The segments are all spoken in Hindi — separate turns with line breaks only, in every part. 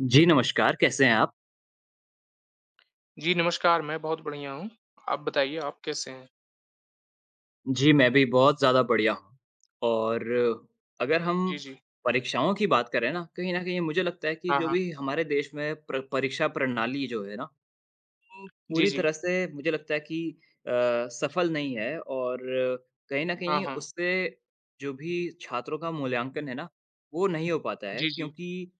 जी, नमस्कार, कैसे हैं आप?
जी, नमस्कार, मैं बहुत बढ़िया हूँ। आप बताइए आप कैसे हैं?
जी, मैं भी बहुत ज़्यादा बढ़िया हूँ और अगर
जी,
हम
जी।
परीक्षाओं की बात करें ना, कहीं न कहीं मुझे लगता है कि
हाँ,
जो
हाँ।
भी हमारे देश में प्र परीक्षा प्रणाली जो है ना,
जी,
पूरी
जी।
तरह से मुझे लगता है कि अ, सफल नहीं है और कहीं न
हाँ,
कहीं
हाँ।
उससे जो भी छात्रों का मूल्यांकन है ना, वो नहीं हो पाता है
जी, जी।
क्योंकि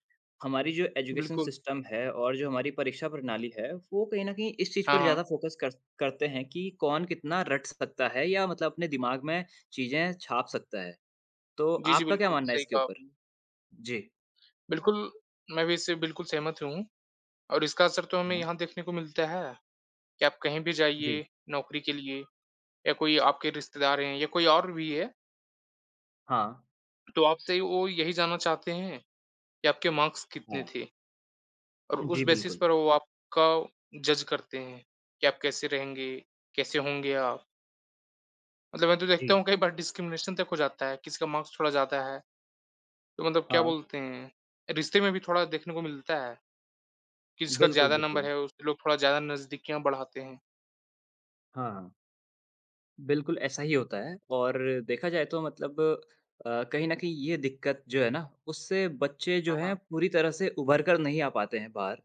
हमारी जो एजुकेशन
बिल्कुल।
सिस्टम है और जो हमारी परीक्षा प्रणाली है, वो कहीं न कहीं इस चीज़
हाँ,
पर ज़्यादा
हाँ।
फोकस कर करते हैं कि कौन कितना रट सकता है या मतलब अपने दिमाग में चीज़ें छाप सकता है। तो
जी, जी,
आपका क्या
बिल्कुल,
मानना है
सही
इसके
कहा
ऊपर?
आपने।
जी।
बिल्कुल, मैं भी इससे बिल्कुल सहमत हूँ और इसका असर तो हमें
हाँ।
यहाँ देखने को मिलता है कि आप कहीं भी
जी।
जाइए नौकरी के लिए या कोई आपके रिश्तेदार हैं या कोई और भी है,
हाँ।
तो आपसे वो यही जानना चाहते हैं कि आपके मार्क्स कितने
हाँ।
थे और उस
जी,
बेसिस
बिल्कुल।
पर वो आपका जज करते हैं कि आप कैसे रहेंगे, कैसे होंगे आप। मतलब मैं तो
जी।
देखता हूँ कई बार डिस्क्रिमिनेशन तक हो जाता है, किसी का मार्क्स थोड़ा ज़्यादा है, तो मतलब क्या
हाँ।
बोलते हैं, रिश्ते में भी थोड़ा देखने को मिलता है कि जिसका
बिल्कुल,
ज़्यादा नंबर
बिल्कुल।
है, उससे लोग थोड़ा ज़्यादा नज़दीकियाँ बढ़ाते हैं।
हाँ, हाँ। बिल्कुल, ऐसा ही होता है और देखा जाए तो मतलब कहीं न कहीं ये दिक्कत जो है ना, उससे बच्चे जो
हाँ,
हैं
हाँ।
पूरी तरह से उभर कर नहीं आ पाते हैं बाहर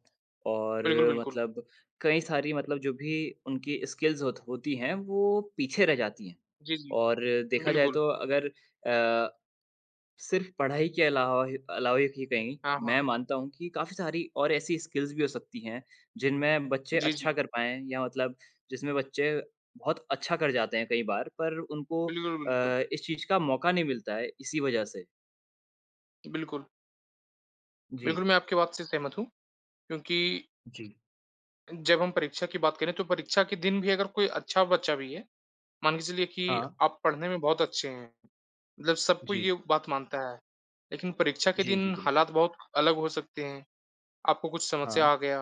और
बिल्कुल, बिल्कुल।
मतलब कई सारी मतलब जो भी उनकी स्किल्स होती हैं, वो पीछे रह जाती हैं।
जी, जी।
और देखा जाए
बिल्कुल।
तो अगर अ, सिर्फ़ पढ़ाई के अलावा ही कहीं,
हाँ,
मैं
हाँ।
मानता हूँ कि काफ़ी सारी और ऐसी स्किल्स भी हो सकती हैं, जिनमें बच्चे
जी,
अच्छा
जी।
कर पाएँ या मतलब जिसमें बच्चे बहुत अच्छा कर जाते हैं कई बार, पर उनको
बिल्कुल, बिल्कुल।
इस चीज़ का मौका नहीं मिलता है, इसी वजह से।
बिल्कुल।
जी,
बिल्कुल, मैं आपकी बात से सहमत हूँ क्योंकि
जी।
जब हम परीक्षा की बात करें तो परीक्षा के दिन भी अगर कोई अच्छा बच्चा भी है मान के चलिए कि
हाँ।
आप पढ़ने में बहुत अच्छे हैं, मतलब सब कोई
जी।
ये बात मानता है, लेकिन परीक्षा के
जी, जी,
दिन
बिल्कुल।
हालात बहुत अलग हो सकते हैं। आपको कुछ समस्या
हाँ,
आ गया,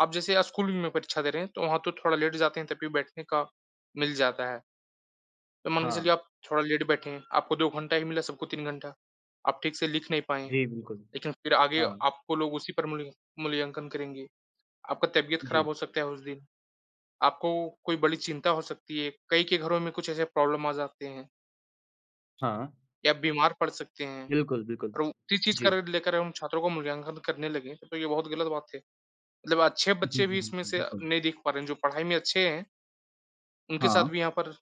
आप जैसे स्कूल में परीक्षा दे रहे हैं, तो वहाँ तो थोड़ा लेट जाते हैं, तब भी बैठने का मिल जाता है। तो मान के
हाँ।
चलिए आप थोड़ा लेट बैठे हैं, आपको 2 घंटा ही मिला, सबको 3 घंटा। आप ठीक से लिख नहीं पाए,
जी, बिल्कुल।
लेकिन फिर आगे
हाँ,
आपको लोग उसी पर मूल्यांकन करेंगे। आपका तबीयत
जी।
खराब हो सकता है उस दिन, आपको कोई बड़ी चिंता हो सकती है, कई के घरों में कुछ ऐसे प्रॉब्लम आ जाते हैं।
हाँ।
या बीमार पड़ सकते हैं
बिल्कुल, बिल्कुल।
और उसी चीज़ का
जी।
अगर लेकर हम छात्रों का मूल्यांकन करने लगे, तो ये बहुत गलत बात है। मतलब अच्छे
जी,
बच्चे भी
जी,
इसमें
बिल्कुल,
से
बिल्कुल।
नहीं दिख पा रहे हैं, जो पढ़ाई में अच्छे हैं, उनके साथ
हाँ।
भी यहाँ पर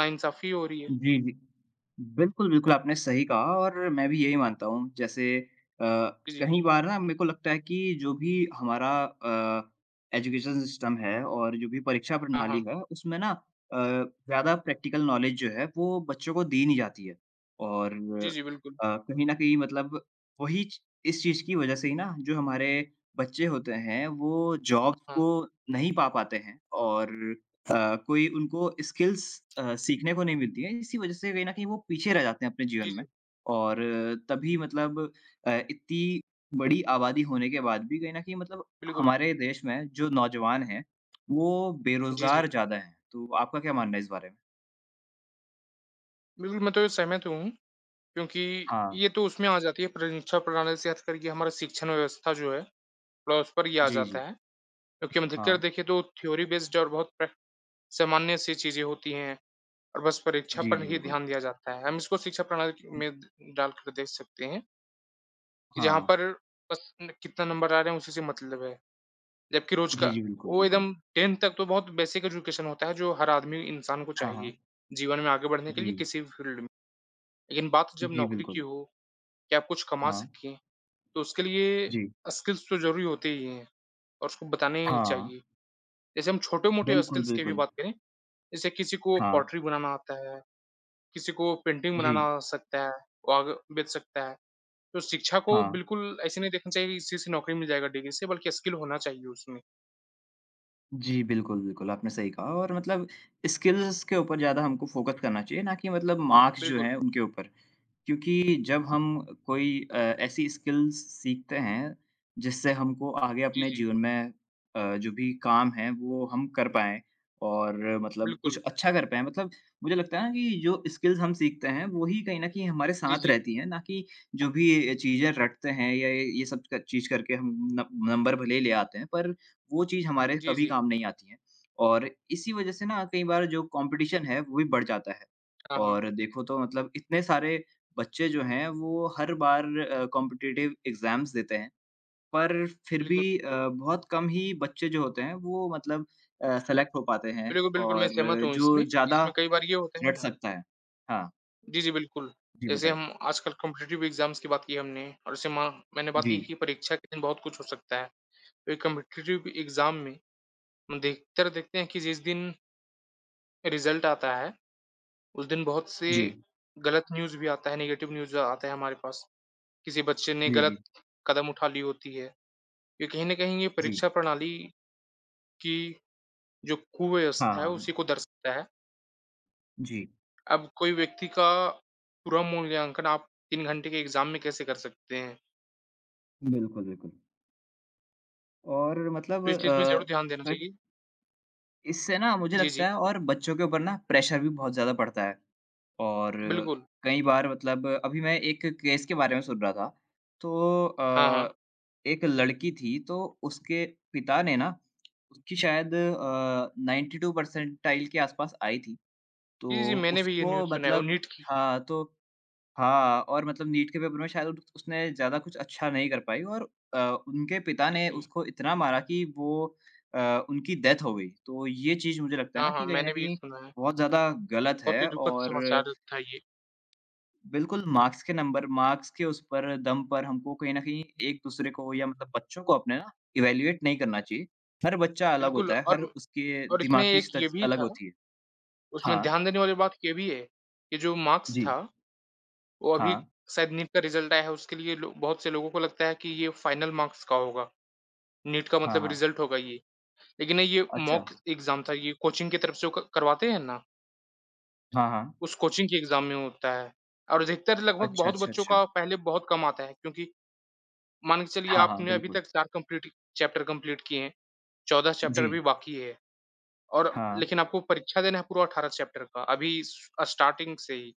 नाइंसाफ़ी हो रही है।
जी, जी। बिल्कुल, बिल्कुल, आपने सही कहा और मैं भी यही मानता हूँ। जैसे अ,
जी, जी।
कई बार ना मेरे को लगता है कि जो भी हमारा एजुकेशन सिस्टम है और जो भी परीक्षा
हाँ,
प्रणाली
हाँ।
है, उसमें ना ज़्यादा प्रैक्टिकल नॉलेज जो है, वो बच्चों को दी नहीं जाती है। और
जी, जी, बिल्कुल।
कहीं न कहीं मतलब वही च इस चीज़ की वज़ह से ही ना, जो हमारे बच्चे होते हैं, वो जॉब्स
हाँ।
को नहीं पा पाते हैं और अ, कोई उनको स्किल्स सीखने को नहीं मिलती हैं, इसी वजह से कहीं न कहीं वो पीछे रह जाते हैं अपने जीवन
जी,
में।
जी,
और तभी मतलब इतनी बड़ी आबादी होने के बाद भी कहीं न कहीं मतलब
बिल्कुल।
हमारे देश में जो नौजवान हैं, वो
जी, जी।
बेरोज़गार ज़्यादा हैं। तो आपका क्या मानना है इस बारे में?
बिल्कुल, मैं तो ये सहमत हूँ क्योंकि
हाँ।
ये तो उसमें आ जाती है परीक्षा प्रणाली से हट करके हमारा शिक्षण व्यवस्था जो है, थोड़ा उस पर ये आ
जी,
जाता
जी।
है। क्योंकि हम अधिकतर
हाँ।
देखें तो थ्योरी बेस्ड और बहुत प्र सामान्य-सी चीज़ें होती हैं। और बस परीक्षा
जी,
पर
जी,
ही
बिल्कुल।
ध्यान दिया जाता है। हम इसको शिक्षा प्रणाली में डालकर देख सकते हैं कि जहाँ
हाँ।
पर बस न कितना नंबर आ रहे हैं उसी से मतलब है। जबकि रोज़ का
जी, जी, बिल्कुल,
वो
बिल्कुल।
एकदम 10th तक तो बहुत बेसिक एजुकेशन होता है जो हर आदमी इंसान को
हाँ, हाँ।
चाहिए, जीवन में आगे बढ़ने के
जी।
लिए किसी भी फील्ड में। लेकिन बात जब
जी,
नौकरी की
बिल्कुल।
हो कि आप कुछ कमा
हाँ।
सकें, तो उसके लिए
जी।
स्किल्स तो ज़रूरी होते ही हैं और उसको बताने ही
हाँ।
चाहिए। जैसे हम छोटे-मोटे
बिल्कुल,
स्किल्स की भी
बिल्कुल।
बात करें, जैसे किसी को
हाँ।
पॉटरी बनाना आता है किसी को पेंटिंग
जी।
बनाना आ सकता है, वो आगे बेच सकता है। तो शिक्षा को
हाँ।
बिल्कुल ऐसे नहीं देखना चाहिए कि इसी से नौकरी मिल जाएगा डिग्री से बल्कि स्किल होना चाहिए उसमें।
जी, बिल्कुल, बिल्कुल, आपने सही कहा और मतलब स्किल्स के ऊपर ज़्यादा हमको फ़ोकस करना चाहिए, ना कि मतलब मार्क्स जो
बिल्कुल।
हैं, उनके ऊपर। क्योंकि जब हम कोई ऐसी स्किल्स सीखते हैं, जिससे हमको आगे
जी,
अपने
जी।
जीवन में जो भी काम है, वो हम कर पाएँ और मतलब कुछ
बिल्कुल।
अच्छा कर पाएँ। मतलब मुझे लगता है ना कि जो स्किल्स हम सीखते हैं, वो ही कहीं न कहीं हमारे
जी,
साथ
जी।
रहती हैं, ना कि जो भी ये चीज़ें रटते हैं या ये सब क चीज़ करके हम न नंबर भले ही ले आते हैं, पर वो चीज़ हमारे
जी,
कभी
जी।
काम नहीं आती हैं। और इसी वज़ह से ना कई बार जो कॉम्पिटिशन है, वो भी बढ़ जाता है।
हाँ, हाँ।
और देखो तो मतलब इतने सारे बच्चे जो हैं वो हर बार कॉम्पिटिटिव एग्ज़ाम्स देते हैं, पर फिर भी
बिल्कुल, बिल्कुल।
बहुत कम ही बच्चे जो होते हैं वो मतलब सेलेक्ट हो पाते हैं
बिल्कुल, बिल्कुल मैं
और
सहमत हूँ
जो
इसमें।
ज़्यादा
इसमें कई बार ये होता है
रट
ना
सकता है। हाँ,
जी, जी, बिल्कुल।
जी
जैसे
बताइए।
हम आजकल कॉम्पिटिटिव एग्ज़ाम्स की बात की हमने और जैसे माँ मैंने बात की
जी,
कि परीक्षा के दिन बहुत कुछ हो सकता है। तो एक कॉम्पिटिटिव एग्ज़ाम में हम देखते देखते हैं कि जिस दिन रिज़ल्ट आता है उस दिन बहुत से
जी,
गलत न्यूज़ भी आता है, नेगेटिव न्यूज़ आता है हमारे पास। किसी बच्चे ने
जी, जी,
गलत कदम उठा ली होती है। ये कहीं न कहीं ये
जी।
परीक्षा प्रणाली की जो कुव्यवस्था है
हाँ,
उसी को दर्शाता है।
जी।
अब कोई व्यक्ति का पूरा मूल्यांकन आप 3 घंटे के एग्ज़ाम में कैसे कर सकते हैं?
बिल्कुल, बिल्कुल और मतलब
तो इस चीज़ में ज़रूर ध्यान देना
क
चाहिए।
इससे ना मुझे
जी, जी।
लगता है और बच्चों के ऊपर ना प्रेशर भी बहुत ज़्यादा पड़ता है। और
बिल्कुल।
कई बार मतलब अभी मैं एक केस के बारे में सुन रहा था, तो
हाँ, हाँ।
एक लड़की थी तो उसके पिता ने ना उसकी शायद 92 परसेंटाइल के आसपास आई थी,
जी, जी,
तो
मैंने भी ये
उसको
न्यूज़ सुना है और
मतलब
नीट की।
हाँ, तो हाँ और मतलब नीट के पेपर में शायद उट उसने ज़्यादा कुछ अच्छा नहीं कर पाई और अ, उनके पिता
जी,
ने
जी।
उसको इतना मारा कि वो अ, उनकी डेथ हो गई, तो ये चीज़ मुझे लगता है ना
हाँ, हाँ,
कि कहीं न
मैंने भी ये
कहीं
सुना है।
बहुत ज़्यादा गलत
बहुत ही
है
दुखद
और
समाचार था ये।
बिल्कुल, मार्क्स के उस पर दम पर हमको कहीं न कहीं एक-दूसरे को या मतलब बच्चों को अपने ना इवैल्यूएट नहीं करना चाहिए। हर बच्चा अलग
बिल्कुल
होता है, हर उसके
और इसमें
दिमागी
एक ये
स्थिति
भी
अलग
था
होती है।
उसमें
हाँ,
ध्यान देने वाली बात ये भी है कि जो मार्क्स
जी।
था, वो अभी
हाँ,
शायद नीट का रिज़ल्ट आया है उसके लिए लो बहुत से लोगों को लगता है कि ये फाइनल मार्क्स का होगा, नीट का
हाँ,
मतलब
हाँ।
रिज़ल्ट होगा ये। लेकिन नहीं ये
अच्छा।
मॉक एग्ज़ाम था, ये कोचिंग की तरफ से क करवाते हैं ना,
हाँ, हाँ।
उस कोचिंग के एग्ज़ाम में होता है। और अधिकतर लगभग
अच्छा,
बहुत
अच्छा,
बच्चों
अच्छा।
का पहले बहुत कम आता है क्योंकि मान के चलिए
हाँ, हाँ,
आपने अभी
बिल्कुल।
तक 4 कंप्लीट चैप्टर कंप्लीट किए हैं, 14 चैप्टर
जी।
अभी बाकी है और
हाँ।
लेकिन आपको परीक्षा देना है पूरा 18 चैप्टर का, अभी स स्टार्टिंग से ही।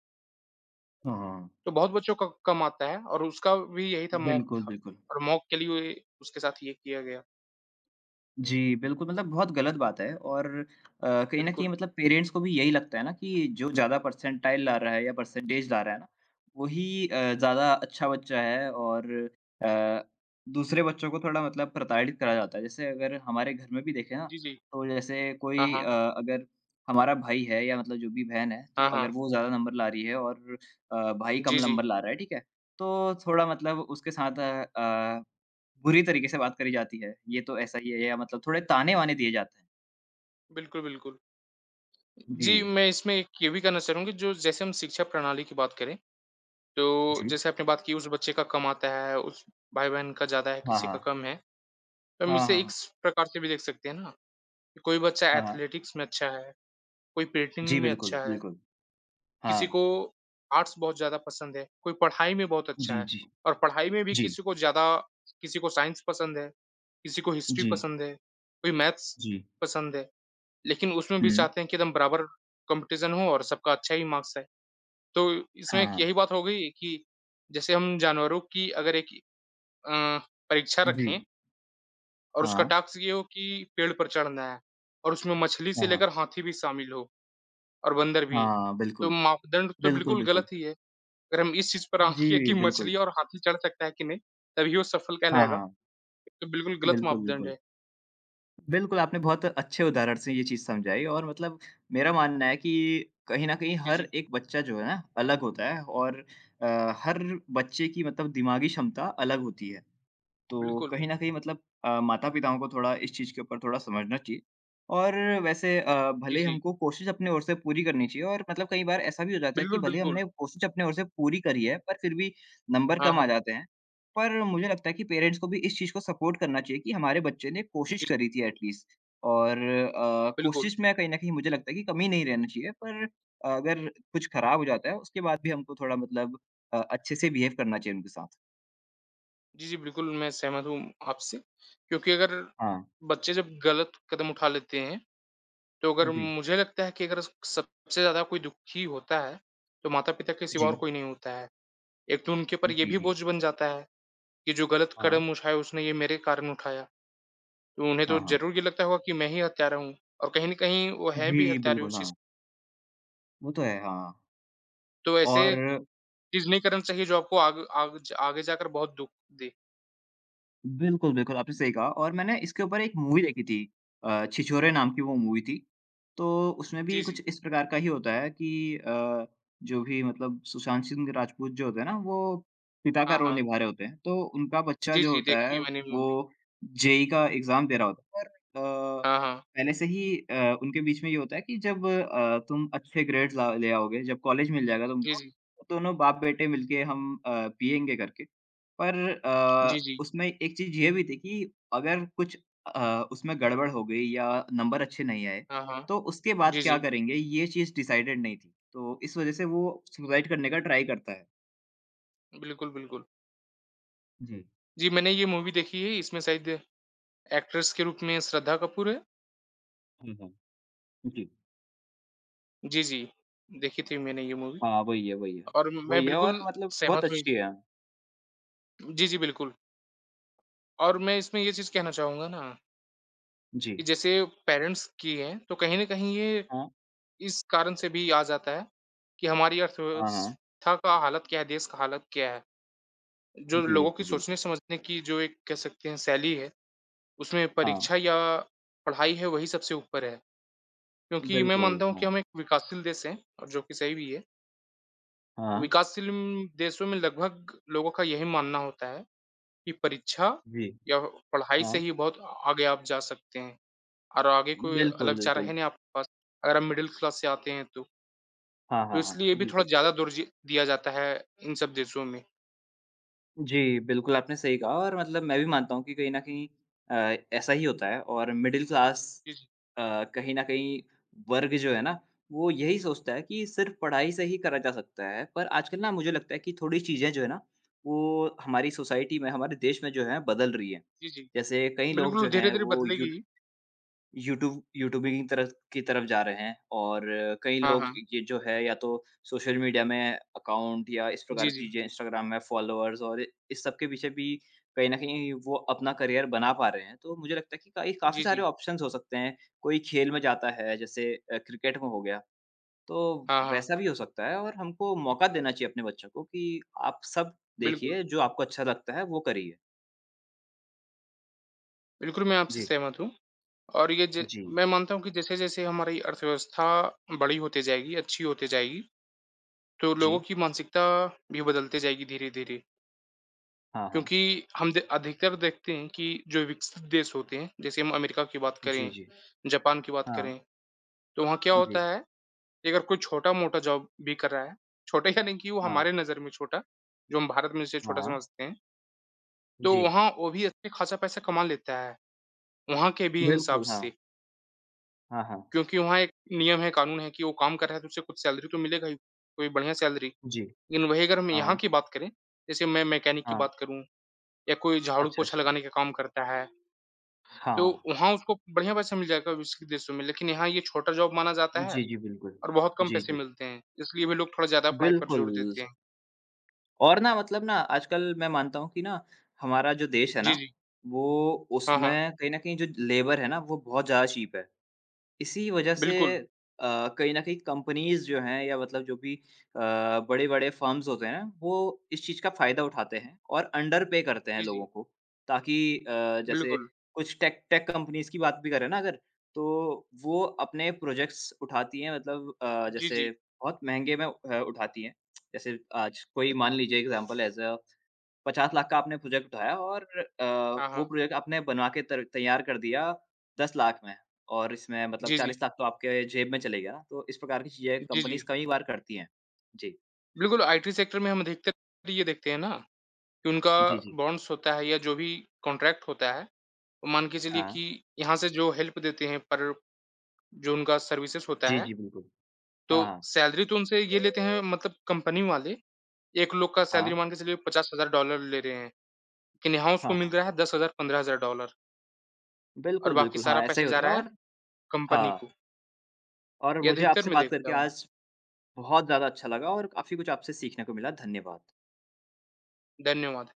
हाँ, हाँ।
तो बहुत बच्चों का कम आता है और उसका भी यही था मॉक
बिल्कुल,
था
बिल्कुल।
और मॉक के लिए उसके साथ ये किया गया।
जी, बिल्कुल मतलब बहुत गलत बात है और कहीं न कहीं
बिल्कुल।
मतलब पेरेंट्स को भी यही लगता है ना कि जो ज़्यादा परसेंटाइल ला रहा है या परसेंटेज ला रहा है ना, वही ज़्यादा अच्छा बच्चा है और अ, दूसरे बच्चों को थोड़ा मतलब प्रताड़ित करा जाता है। जैसे अगर हमारे घर में भी देखें ना,
जी, जी।
तो जैसे
हाँ,
कोई
हाँ।
अगर हमारा भाई है या मतलब जो भी बहन है, तो
हाँ,
अगर
हाँ।
वो ज़्यादा नंबर ला रही है और भाई कम
जी, जी।
नंबर ला रहा है, ठीक है? तो थोड़ा मतलब उसके साथ बुरी तरीके से बात करी जाती है, ये तो ऐसा ही है या मतलब थोड़े ताने-वाने दिए जाते हैं।
बिल्कुल, बिल्कुल।
जी,
जी, मैं इसमें एक ये भी कहना चाहूँगा जो जैसे हम शिक्षा प्रणाली की बात करें, तो
जी।
जैसे आपने बात की उस बच्चे का कम आता है, उस भाई-बहन का ज़्यादा है,
हाँ,
किसी का
हाँ।
कम है। तो हम
हाँ,
इसे
हाँ, हाँ।
इस प्रकार से भी देख सकते हैं ना, कि कोई बच्चा
हाँ, हाँ।
एथलेटिक्स में अच्छा है, कोई
जी,
पेंटिंग में
बिल्कुल,
अच्छा है।
बिल्कुल। हाँ।
किसी को आर्ट्स बहुत ज़्यादा पसंद है, कोई पढ़ाई में बहुत
जी,
अच्छा है
जी।
और पढ़ाई में भी
जी,
किसी को ज़्यादा किसी को साइंस पसंद है, किसी को हिस्ट्री
जी,
पसंद है, कोई मैथ्स
जी।
पसंद है। लेकिन उसमें भी
हुँ।
चाहते हैं कि एकदम बराबर कॉम्पिटिशन हो और सबका अच्छा ही मार्क्स आए। तो इसमें
हाँ,
एक
हाँ।
यही बात हो गई कि जैसे हम जानवरों की अगर एक अ, परीक्षा
जी।
रखें और उसका
हाँ,
टास्क ये हो कि पेड़ पर चढ़ना है और उसमें मछली से
हाँ, हाँ।
लेकर हाथी भी शामिल हो और बंदर भी।
हाँ,
तो
बिल्कुल।
मापदंड तो
बिल्कुल,
बिल्कुल
बिल्कुल।
गलत ही है। अगर हम इस चीज़ पर आँख किए
जी,
कि
बिल्कुल।
मछली और हाथी चढ़ सकता है कि नहीं, तभी वो सफल
हाँ,
कहलाएगा।
हाँ।
ये तो बिल्कुल गलत
बिल्कुल,
मापदंड
बिल्कुल।
है।
बिल्कुल, आपने बहुत अच्छे उदाहरण से ये चीज़ समझाई और मतलब मेरा मानना है कि कहीं न कहीं
जी,
हर
जी,
एक बच्चा जो है ना अलग होता है और हर बच्चे की मतलब दिमागी क्षमता अलग होती है। तो
बिल्कुल।
कहीं न कहीं मतलब माता-पिताओं को थोड़ा इस चीज़ के ऊपर थोड़ा समझना चाहिए और वैसे
जी,
भले ही
जी।
हमको कोशिश अपनी ओर से पूरी करनी चाहिए और मतलब कई बार ऐसा भी हो जाता है कि
बिल्कुल,
भले ही
बिल्कुल।
हमने कोशिश अपनी ओर से पूरी करी है, पर फिर भी नंबर
हाँ,
कम आ
हाँ।
जाते हैं। पर मुझे लगता है कि पेरेंट्स को भी इस चीज़ को सपोर्ट करना चाहिए कि हमारे बच्चे ने कोशिश
जी,
करी थी एटलीस्ट और
बिल्कुल।
कोशिश में कहीं न कहीं मुझे लगता है कि कमी नहीं रहना चाहिए, पर अगर कुछ खराब हो जाता है, उसके बाद भी हमको थोड़ा मतलब अच्छे से बिहेव करना चाहिए उनके साथ।
जी, जी, बिल्कुल मैं सहमत हूँ आपसे क्योंकि अगर
हाँ,
बच्चे जब गलत कदम उठा लेते हैं, तो अगर
जी,
मुझे लगता है कि अगर सबसे ज़्यादा कोई दुखी होता है, तो माता-पिता के सिवा और
जी।
कोई नहीं होता है। एक तो उनके ऊपर ये
जी,
भी
जी।
बोझ बन जाता है कि जो गलत
हाँ,
कदम उठाया उसने ये मेरे कारण उठाया। तो उन्हें तो
हाँ, हाँ।
ज़रूर ये लगता होगा कि मैं ही हत्यारा हूँ और कहीं न कहीं वो हैं
जी,
भी हत्यारे
बिल्कुल,
उस चीज़
हाँ। वो तो है, हाँ।
तो
और
ऐसे चीज़ नहीं करना चाहिए जो आपको आग आग ज आगे जाकर बहुत दुःख दे।
बिल्कुल, बिल्कुल, आपने सही कहा और मैंने इसके ऊपर एक मूवी देखी थी छिछोरे नाम की वो मूवी थी। तो उसमें भी
जी,
कुछ
जी।
इस प्रकार का ही होता है कि जो भी मतलब सुशांत सिंह राजपूत जो होते हैं ना, वो पिता का
हाँ,
रोल
हाँ।
निभा रहे होते हैं। तो उनका बच्चा
जी,
जो
जी,
होता
देखी
है,
है मैंने
वो
मूवी।
जेईई का एग्ज़ाम दे रहा होता है और
हाँ, हाँ।
पहले से ही उनके बीच में ये होता है कि जब तुम अच्छे ग्रेड्स ला ले आओगे, जब कॉलेज मिल जाएगा
जी,
तुमको,
जी।
तो दोनों बाप-बेटे मिलके हम पिएँगे करके। पर
जी, जी।
उसमें एक चीज़ ये भी थी कि अगर कुछ अ, उसमें गड़बड़ हो गई या नंबर अच्छे नहीं आए,
हाँ, हाँ।
तो उसके बाद
जी,
क्या
जी।
करेंगे, ये चीज़ डिसाइडेड नहीं थी। तो इस वज़ह से वो सुसाइड करने का ट्राई करता है।
बिल्कुल, बिल्कुल।
जी।
जी, मैंने ये मूवी देखी है, इसमें शायद एक्ट्रेस के रूप में श्रद्धा कपूर है।
हुँ, हुँ। जी।
जी, जी। देखी थी मैंने ये मूवी
हाँ, वही है, वही है।
और मैं
वही है और
बिल्कुल
मतलब बहुत
सहमत हुई
अच्छी है।
जी, जी, बिल्कुल और मैं इसमें ये चीज़ कहना चाहूँगा ना
जी।
कि जैसे पेरेंट्स की है, तो कहीं न कहीं ये
हाँ।
इस कारण से भी आ जाता है कि हमारी
हाँ, हाँ।
अर्थव्यवस्था का हालत क्या है, देश का हालत क्या है। जो
जी,
लोगों
जी,
की
बिल्कुल।
सोचने-समझने की जो एक कह सकते हैं शैली है, उसमें
हाँ,
परीक्षा या पढ़ाई है वही सबसे ऊपर है। क्योंकि मैं
बिल्कुल।
मानता हूँ कि
हाँ।
हम एक विकासशील देश हैं और जो कि सही भी है।
हाँ।
विकासशील देशों में लगभग लोगों का यही मानना होता है कि परीक्षा
जी।
या पढ़ाई से
हाँ।
ही बहुत आगे आप जा सकते हैं और आगे कोई
बिल्कुल,
अलग चारा
बिल्कुल।
है नहीं आपके पास, अगर आप मिडल क्लास से आते हैं तो।
हाँ,
तो
हाँ, हाँ।
इसलिए भी थोड़ा
बिल्कुल।
ज़्यादा दर्जे दिया जाता है इन सब देशों में।
जी, बिल्कुल आपने सही कहा और मतलब मैं भी मानता हूँ कि कहीं न कहीं ऐसा ही होता है और मिडल क्लास
जी, जी।
कहीं न कहीं वर्ग जो है ना, वो यही सोचता है कि सिर्फ़ पढ़ाई से ही करा जा सकता है। पर आजकल ना मुझे लगता है कि थोड़ी चीज़ें जो है ना, वो हमारी सोसाइटी में, हमारे देश में जो है बदल रही हैं।
जी, जी।
जैसे कई लोग
बिल्कुल,
जो हैं
धीरे-धीरे
वो यू
बदलेगी।
यूट्यूब यूट्यूबिंग की तरफ जा रहे हैं और कई
हाँ,
लोग
हाँ।
ये जो है या तो सोशल मीडिया में अकाउंट या इस प्रकार
जी,
की
जी।
चीज़ें इंस्टाग्राम में फॉलोअर्स और इस सब के पीछे भी कहीं न कहीं वो अपना करियर बना पा रहे हैं। तो मुझे लगता है कि काई काफ़ी
जी,
सारे
जी।
ऑप्शंस हो सकते हैं। कोई खेल में जाता है जैसे क्रिकेट में हो गया, तो
हाँ, हाँ।
वैसा भी हो सकता है और हमको मौका देना चाहिए अपने बच्चों को कि आप सब
बिल्कुल,
देखिए जो आपको अच्छा लगता है वो करिए।
बिल्कुल मैं आपसे
जी,
सहमत हूँ और ये ज
जी,
मैं मानता हूँ कि जैसे-जैसे हमारी अर्थव्यवस्था बड़ी होती जाएगी, अच्छी होती जाएगी, तो लोगों
जी।
की मानसिकता भी बदलती जाएगी धीरे-धीरे।
हाँ, हाँ।
क्योंकि हम द अधिकतर देखते हैं कि जो विकसित देश होते हैं, जैसे हम अमेरिका की बात
जी,
करें,
जी।
जापान की बात
हाँ,
करें, तो वहाँ क्या
जी,
होता है कि अगर कोई छोटा-मोटा जॉब भी कर रहा है, छोटा या नहीं कि वो
हाँ।
हमारे नज़र में छोटा, जो हम भारत में जिसे
हाँ,
छोटा
हाँ।
समझते हैं, तो
जी,
वहाँ वो भी अच्छा-खासा पैसा कमा लेता है, वहाँ के भी हिसाब
बिल्कुल, हाँ।
से।
हाँ, हाँ।
क्योंकि वहाँ एक नियम है, कानून है कि वो काम कर रहा है तो उसे कुछ सैलरी तो मिलेगा ही, कोई बढ़िया सैलरी।
जी,
लेकिन वहीं अगर हम यहाँ
हाँ,
की बात करें, जैसे मैं मैकेनिक की
हाँ।
बात करूँ या कोई
अच्छा,
झाड़ू-पोछा
अच्छा।
लगाने का काम करता है, तो
हाँ।
वहाँ उसको बढ़िया पैसा मिल जाएगा विकसित देशों में, लेकिन यहाँ ये छोटा जॉब माना जाता
जी,
है
जी, बिल्कुल।
और बहुत कम
जी,
पैसे
जी।
मिलते हैं। इसलिए भी लोग थोड़ा ज़्यादा पढ़ाई पर
बिल्कुल
जोर देते हैं।
और ना मतलब ना आजकल मैं मानता हूँ कि ना हमारा जो देश है ना,
जी, जी।
वो
हाँ, हाँ।
उसमें कहीं न कहीं जो लेबर है ना, वो बहुत ज़्यादा चीप है। इसी वजह से
बिल्कुल।
कहीं न कहीं कंपनीज़ जो हैं या मतलब जो भी अ, बड़े-बड़े फर्म्स होते हैं, वो इस चीज़ का फ़ायदा उठाते हैं और अंडर पे करते हैं
जी,
लोगों
जी।
को। ताकि जैसे
बिल्कुल।
कुछ टेक टेक कंपनीज़ की बात भी करें ना अगर, तो वो अपने प्रोजेक्ट्स उठाती हैं मतलब
जी,
जैसे
जी।
बहुत महँगे में उठाती हैं। जैसे आज कोई मान लीजिए एग्ज़ाम्पल एज़ अ ₹50,00,000 का आपने प्रोजेक्ट उठाया और अ,
हाँ,
वो
हाँ।
प्रोजेक्ट आपने बनवा के तर तैयार कर दिया 10,00,000 में और इसमें मतलब
जी, जी।
40,00,000 तो आपके जेब में चले गया ना, तो इस प्रकार की चीज़ें
जी,
कंपनीज़
जी।
कई बार करती हैं। जी।
बिल्कुल, आईटी सेक्टर में हम अधिकतर ये देखते हैं ना कि उनका
जी, जी।
बॉन्ड्स होता है या जो भी कॉन्ट्रैक्ट होता है, तो मान के चलिए
हाँ।
कि यहाँ से जो हेल्प देते हैं पर जो उनका सर्विसेज़ होता
जी,
है,
जी, बिल्कुल। हाँ,
तो
हाँ।
सैलरी तो उनसे ये लेते हैं मतलब कंपनी वाले, एक लोग का
हाँ,
सैलरी मान के चलिए $50,000 ले रहे हैं, लेकिन यहाँ उसको
हाँ,
मिल
हाँ।
रहा है $10,000 $15,000 और
बिल्कुल,
बाकी
बिल्कुल।
सारा
हाँ, ऐसा ही
पैसा जा
होता है
रहा है
और
कंपनी
हाँ,
को।
और
ये
मुझे
अधिकतर
आपसे
मैं
बात
देखता
करके
हूँ।
आज बहुत ज़्यादा अच्छा लगा और काफ़ी कुछ आपसे सीखने को मिला। धन्यवाद।
धन्यवाद।